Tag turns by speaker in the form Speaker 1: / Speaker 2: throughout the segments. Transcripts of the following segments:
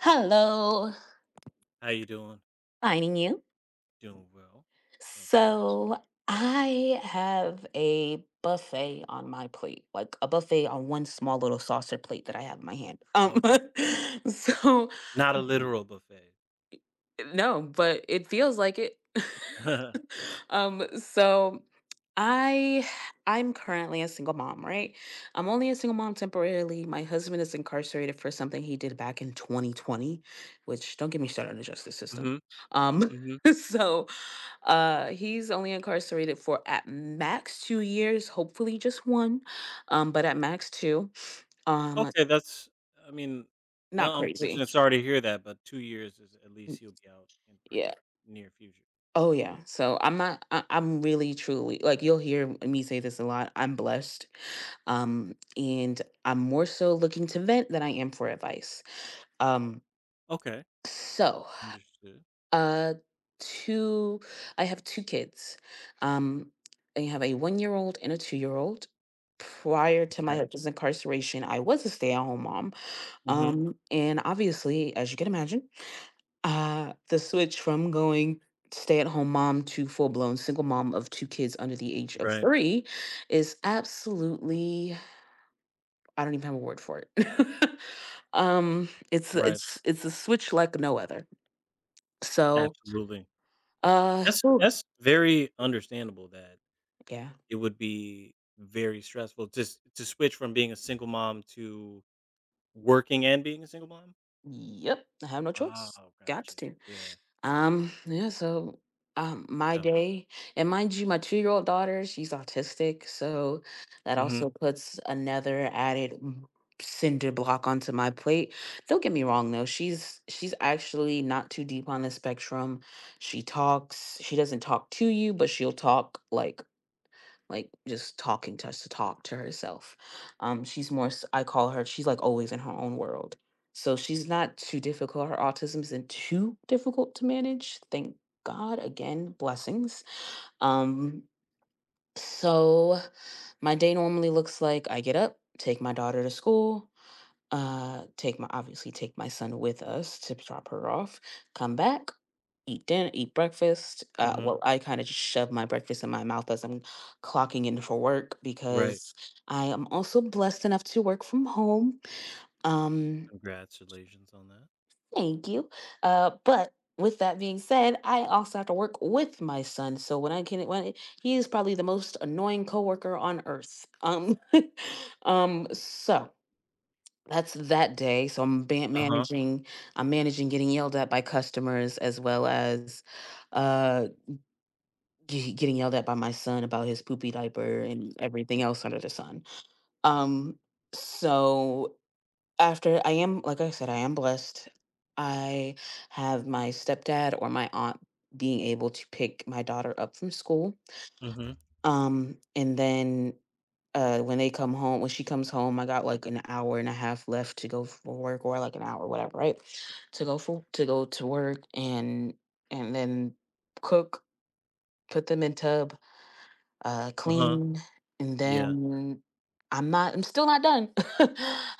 Speaker 1: Hello,
Speaker 2: How you doing?
Speaker 1: finding you.
Speaker 2: Doing well. Thanks for asking.
Speaker 1: So I have a buffet on my plate, like a buffet on one small little saucer plate that I have in my hand.
Speaker 2: Okay.
Speaker 1: So
Speaker 2: Not a literal buffet.
Speaker 1: no, but it feels like it. um, so I I'm currently a single mom, right? I'm only a single mom temporarily. My husband is incarcerated for something he did back in 2020, which don't get me started on the justice system.
Speaker 2: mhm.
Speaker 1: Um,
Speaker 2: Mhm.
Speaker 1: so he's only incarcerated for at max 2 years, hopefully just one, but at max two. Um,
Speaker 2: Okay, that's I mean,
Speaker 1: Not crazy.
Speaker 2: unfortunate, sorry to hear that, but 2 years is at
Speaker 1: Mm,
Speaker 2: least he will be out in
Speaker 1: yeah.
Speaker 2: pretty near future.
Speaker 1: Oh yeah. So I'm not. I'm really, truly, like you'll hear me say this a lot. I'm blessed, and I'm more so looking to vent than I am for advice. Um,
Speaker 2: Okay.
Speaker 1: so
Speaker 2: Understood.
Speaker 1: Uh, Two. I have two kids. Um, I have a 1-year-old and a 2-year-old. Prior to my
Speaker 2: Right.
Speaker 1: husband's incarceration, I was a stay-at-home mom.
Speaker 2: Mhm.
Speaker 1: And obviously, as you can imagine, the switch from going stay-at-home mom to full-blown single mom of two kids under the age of
Speaker 2: Right.
Speaker 1: 3 is absolutely. I don't even have a word for it. um, it's
Speaker 2: Right.
Speaker 1: it's it's a switch like no other. So,
Speaker 2: Absolutely. That's
Speaker 1: whew,
Speaker 2: that's very understandable that
Speaker 1: yeah.
Speaker 2: it would be very stressful just to switch from being a single mom to working and being a single mom.
Speaker 1: Yep, I have no choice.
Speaker 2: Oh,
Speaker 1: Got
Speaker 2: gotcha.
Speaker 1: to.
Speaker 2: Yeah.
Speaker 1: Yeah, my
Speaker 2: So
Speaker 1: day and mind you, my 2-year old daughter, she's autistic, so that
Speaker 2: mhm,
Speaker 1: also puts another added cinder block onto my plate. Don't get me wrong though, she's actually not too deep on the spectrum. She talks, she doesn't talk to you, but she'll talk like just talking to us to talk to herself. She's more, I call her, she's like always in her own world. So she's not too difficult. Her autism isn't too difficult to manage. Thank God. Again, blessings. Um, so my day normally looks like I get up, take my daughter to school, take my obviously take my son with us to drop her off, come back, eat dinner, eat breakfast.
Speaker 2: mhm,
Speaker 1: Well, I kind of just shove my breakfast in my mouth as I'm clocking in for work
Speaker 2: right.
Speaker 1: because I am also blessed enough to work from home. Um,
Speaker 2: Congratulations on that.
Speaker 1: Thank you. But with that being said, I also have to work with my son. When he is probably the most annoying coworker on earth. Um, so. That's that day. So I'm
Speaker 2: Uh-huh,
Speaker 1: managing. I'm managing getting yelled at by customers, as well as, uh. Getting yelled at by my son about his poopy diaper and everything else under the sun. Um, so After I am, like I said, I am blessed. I have my stepdad or my aunt being able to pick my daughter up from school.
Speaker 2: mhm,
Speaker 1: And then, when they come home, when she comes home, I got like an hour and a half left to go for work, or like an hour, whatever, right? To go to work, and then cook, put them in tub,
Speaker 2: uh-huh,
Speaker 1: clean, and
Speaker 2: yeah.
Speaker 1: then I'm not. I'm still not done.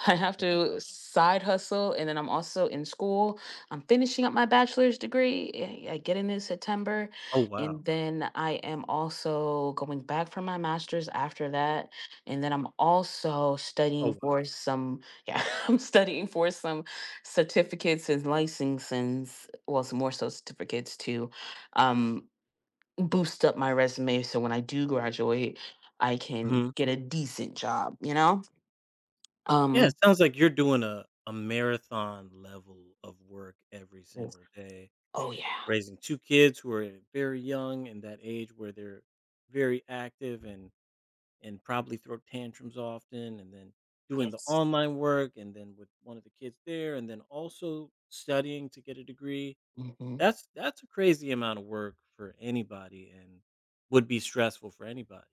Speaker 1: I have
Speaker 2: Oh,
Speaker 1: to
Speaker 2: wow.
Speaker 1: side hustle, and then I'm also in school. I'm finishing up my bachelor's degree. I get in September,
Speaker 2: Oh, wow.
Speaker 1: and then I am also going back for my master's after that, and then I'm also
Speaker 2: Oh,
Speaker 1: studying
Speaker 2: wow.
Speaker 1: for some. Yeah, I'm studying for some certificates and licenses. Well, some more so certificates too. Um, boost up my resume so when I do graduate, I can
Speaker 2: Mhm.
Speaker 1: get a decent job, you know?
Speaker 2: Yeah,
Speaker 1: Um
Speaker 2: it sounds like you're doing a marathon level of work every
Speaker 1: Yes.
Speaker 2: single day,
Speaker 1: Oh yeah.
Speaker 2: raising 2 kids who are very young in that age where they're very active and probably throw tantrums often, and then doing the
Speaker 1: Yes.
Speaker 2: online work, and then with one of the kids there, and then also studying to get a degree.
Speaker 1: Hmm.
Speaker 2: That's a crazy amount of work for anybody and would be stressful for anybody.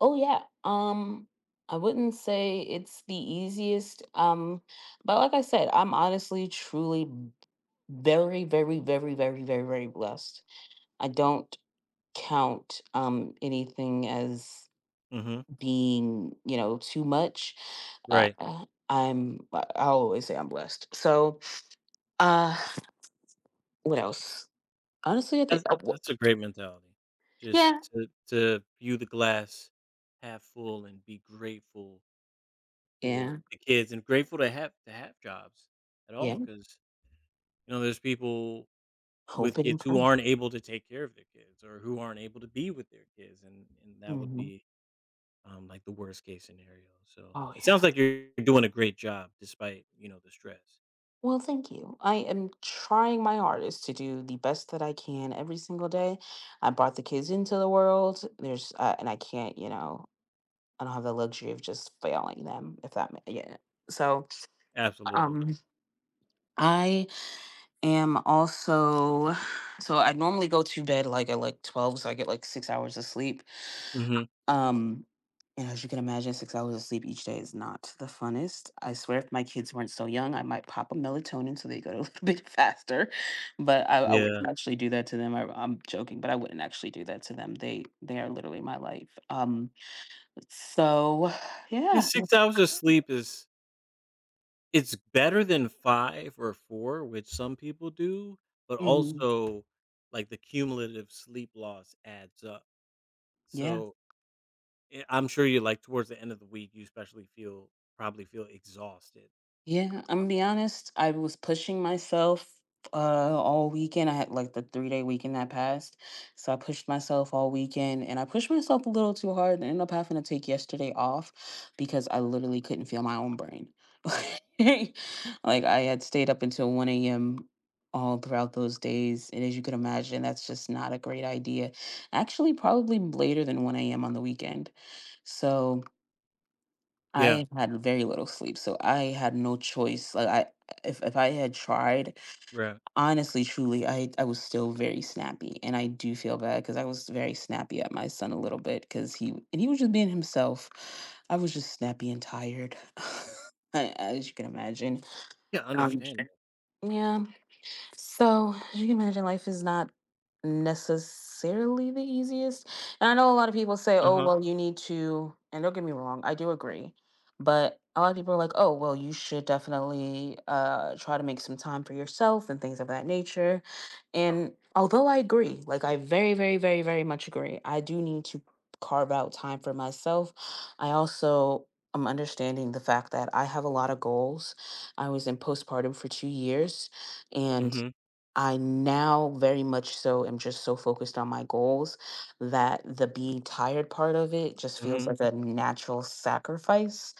Speaker 1: Oh yeah. I wouldn't say it's the easiest, but like I said, I'm honestly truly very, very, very, very, very, very blessed. I don't count anything as
Speaker 2: Mhm.
Speaker 1: being, too much. Uh,
Speaker 2: Right.
Speaker 1: I always say I'm blessed. So, Uh, what else? Honestly, I think
Speaker 2: That's
Speaker 1: oh, w
Speaker 2: that's a great mentality. Just
Speaker 1: yeah,
Speaker 2: to view the glass half full and be grateful for
Speaker 1: yeah,
Speaker 2: the kids and grateful to have jobs at
Speaker 1: yeah.
Speaker 2: all, because you know, there's people
Speaker 1: Hope
Speaker 2: with
Speaker 1: and
Speaker 2: kids who
Speaker 1: pray.
Speaker 2: aren't able to take care of their kids or who aren't able to be with their kids, and that would
Speaker 1: Mhm.
Speaker 2: be, like, the worst case scenario. So,
Speaker 1: Oh,
Speaker 2: it sounds
Speaker 1: yeah.
Speaker 2: like you're doing a great job despite, you know, the stress.
Speaker 1: Well, thank you. I am trying my hardest to do the best that I can every single day. I brought the kids into the world. There's and I can't, I don't have the luxury of just failing them, if that ma yeah. So,
Speaker 2: Absolutely.
Speaker 1: um, I am also so I normally go to bed, like, at, like, 12, so I get, like, 6 hours of sleep.
Speaker 2: Mhm.
Speaker 1: Um, and as you can imagine, 6 hours of sleep each day is not the funnest. I swear, if my kids weren't so young, I might pop a melatonin so they go to a little bit faster. But I
Speaker 2: Yeah.
Speaker 1: wouldn't actually do that to them. I'm joking, but I wouldn't actually do that to them. They are literally my life. So
Speaker 2: Yeah,
Speaker 1: yeah.
Speaker 2: 6 hours of sleep is it's better than 5 or 4, which some people do, but
Speaker 1: Mhm.
Speaker 2: also, like, the cumulative sleep loss adds up.
Speaker 1: Yeah.
Speaker 2: So, I'm sure you like, towards the end of the week, you especially feel probably feel exhausted.
Speaker 1: Yeah, I'm gonna be honest. I was pushing myself uh all weekend. I had like the 3-day weekend that passed. So I pushed myself all weekend and I pushed myself a little too hard and ended up having to take yesterday off because I literally couldn't feel my own brain. Like I had stayed up until 1 a.m. all throughout those days. And as you can imagine, that's just not a great idea. Actually, probably later than 1 a.m. on the weekend. So
Speaker 2: Yeah.
Speaker 1: I had very little sleep, so I had no choice. Like I if I had tried,
Speaker 2: Right.
Speaker 1: honestly, truly, I was still very snappy. And I do feel bad cuz I was very snappy at my son a little bit cuz he and he was just being himself. I was just snappy and tired. As you can imagine.
Speaker 2: Yeah,
Speaker 1: Um,
Speaker 2: understandable.
Speaker 1: yeah, so, as you can imagine, life is not necessarily the easiest. And I know a lot of people say, oh,
Speaker 2: Uh-huh.
Speaker 1: well, you need to, and don't get me wrong, I do agree. But a lot of people are like, oh, well, you should definitely try to make some time for yourself and things of that nature. And although I agree, like, I very, very, very, very much agree, I do need to carve out time for myself. I also am understanding the fact that I have a lot of goals. I was in postpartum for 2 years, and
Speaker 2: Mhm.
Speaker 1: I now very much so am just so focused on my goals that the being tired part of it just feels
Speaker 2: Mhm.
Speaker 1: like a natural sacrifice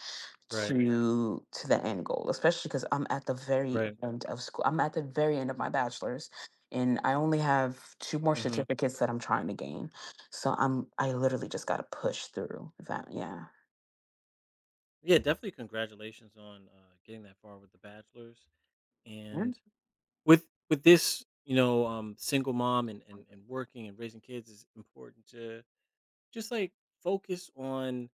Speaker 2: Right.
Speaker 1: to the end goal, especially because I'm at the very
Speaker 2: Right.
Speaker 1: end of school. I'm at the very end of my bachelor's and I only have two more
Speaker 2: Mhm.
Speaker 1: certificates that I'm trying to gain. So I literally just gotta push through that. Yeah.
Speaker 2: Yeah, definitely congratulations on, getting that far with The Bachelors,
Speaker 1: Mm,
Speaker 2: and with this single mom and working and raising kids is important to just like focus on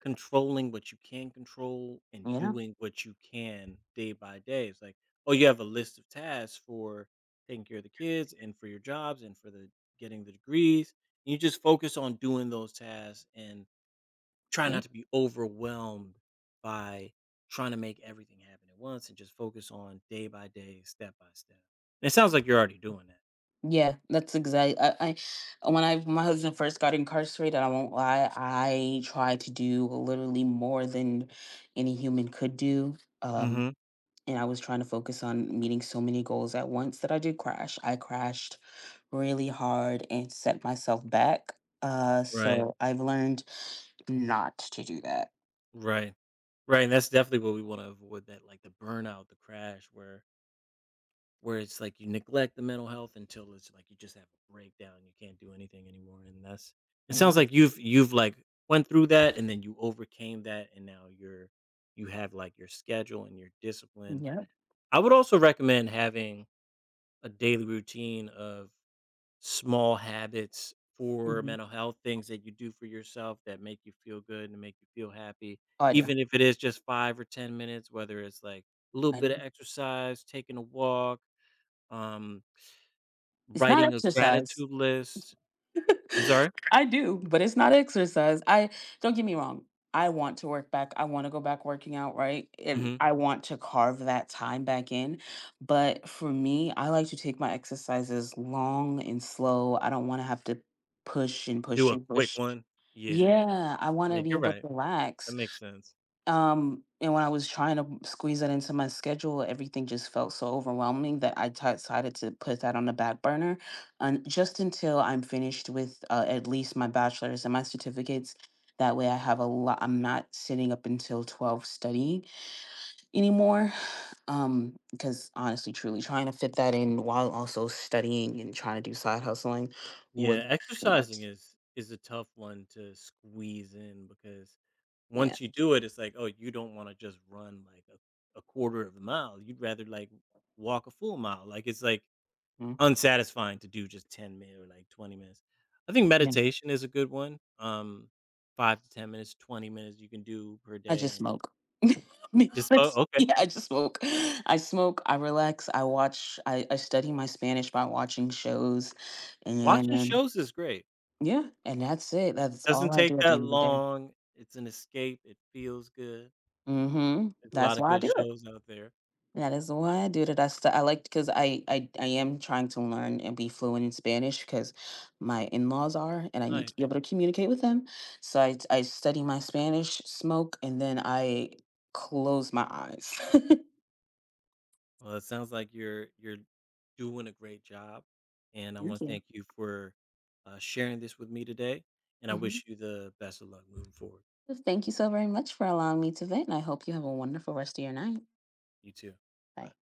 Speaker 2: controlling what you can control and
Speaker 1: yeah.
Speaker 2: doing what you can day by day. It's like, oh, you have a list of tasks for taking care of the kids and for your jobs and for the getting the degrees. You just focus on doing those tasks and try
Speaker 1: Yeah.
Speaker 2: not to be overwhelmed by trying to make everything happen at once and just focus on day by day, step by step. And it sounds like you're already doing that.
Speaker 1: Yeah, that's exactly. I when I my husband first got incarcerated, I won't lie, I tried to do literally more than any human could do. Um,
Speaker 2: Hmm
Speaker 1: and I was trying to focus on meeting so many goals at once that I did crash. I crashed really hard and set myself back. Uh,
Speaker 2: Right.
Speaker 1: so I've learned not to do that.
Speaker 2: Right. Right. And that's definitely what we want to avoid, that like the burnout, the crash where it's like you neglect the mental health until it's like you just have a breakdown, you can't do anything anymore. And that's it
Speaker 1: Yeah.
Speaker 2: sounds like you've like went through that and then you overcame that and now you're you have like your schedule and you're disciplined.
Speaker 1: Yeah.
Speaker 2: I would also recommend having a daily routine of small habits for
Speaker 1: Hmm.
Speaker 2: mental health, things that you do for yourself that make you feel good and make you feel happy,
Speaker 1: I do.
Speaker 2: even if it is just five or 10 minutes, whether it's like a little
Speaker 1: I
Speaker 2: bit of
Speaker 1: do.
Speaker 2: exercise, taking a walk, um,
Speaker 1: It's not
Speaker 2: writing a
Speaker 1: exercise.
Speaker 2: gratitude list. I'm sorry?
Speaker 1: I do, but it's not exercise. I Don't get me wrong. I want to work back. I want to go back working out, right? And
Speaker 2: Hmm
Speaker 1: I want to carve that time back in. But for me, I like to take my exercises long and slow. I don't want to have to push and
Speaker 2: Do
Speaker 1: push
Speaker 2: a
Speaker 1: and
Speaker 2: quick
Speaker 1: push.
Speaker 2: one. Yeah.
Speaker 1: Yeah, I want to
Speaker 2: Yeah,
Speaker 1: be
Speaker 2: you're
Speaker 1: able to
Speaker 2: right. That
Speaker 1: relax.
Speaker 2: makes sense.
Speaker 1: And when I was trying to squeeze that into my schedule, everything just felt so overwhelming that I decided to put that on the back burner, and just until I'm finished with, at least my bachelor's and my certificates. That way, I have a lot. I'm not sitting up until 12 studying anymore. Because honestly, truly, trying to fit that in while also studying and trying to do side hustling was
Speaker 2: Yeah,
Speaker 1: too
Speaker 2: exercising
Speaker 1: much.
Speaker 2: is a tough one to squeeze in because
Speaker 1: Yeah.
Speaker 2: once you do it, it's like, oh, you don't want to just run like a quarter of a mile. You'd rather like walk a full mile. Like it's like
Speaker 1: Mhm.
Speaker 2: unsatisfying to do just 10 minutes or like 20 minutes. I think meditation is a good one. Five to 10 minutes, 20 minutes you can do per
Speaker 1: I
Speaker 2: day.
Speaker 1: just
Speaker 2: And
Speaker 1: smoke. Be
Speaker 2: just, oh,
Speaker 1: honest.
Speaker 2: okay.
Speaker 1: Yeah, I just smoke. I smoke, I relax, I watch, I study my Spanish by watching shows.
Speaker 2: Watching
Speaker 1: And
Speaker 2: shows is great.
Speaker 1: yeah, and that's it. That's all
Speaker 2: Doesn't
Speaker 1: I do
Speaker 2: take
Speaker 1: at the
Speaker 2: that
Speaker 1: end of the day.
Speaker 2: long. It's an escape. It feels good.
Speaker 1: Hmm.
Speaker 2: There's a
Speaker 1: That's
Speaker 2: lot of
Speaker 1: why I
Speaker 2: good
Speaker 1: do it.
Speaker 2: shows out there.
Speaker 1: That is why I do it. I, st- I like because I am trying to learn and be fluent in Spanish because my in-laws are, and I need to be
Speaker 2: Nice.
Speaker 1: able to communicate with them. So I study my Spanish, smoke, and then I close my eyes.
Speaker 2: Well, it sounds like you're doing a great job, and I want to
Speaker 1: Thank
Speaker 2: thank you for sharing this with me today. And I
Speaker 1: you.
Speaker 2: wish you the best of luck moving forward.
Speaker 1: Thank you so very much for allowing me to vent, and I hope you have a wonderful rest of your night.
Speaker 2: You too.
Speaker 1: Bye.
Speaker 2: Bye.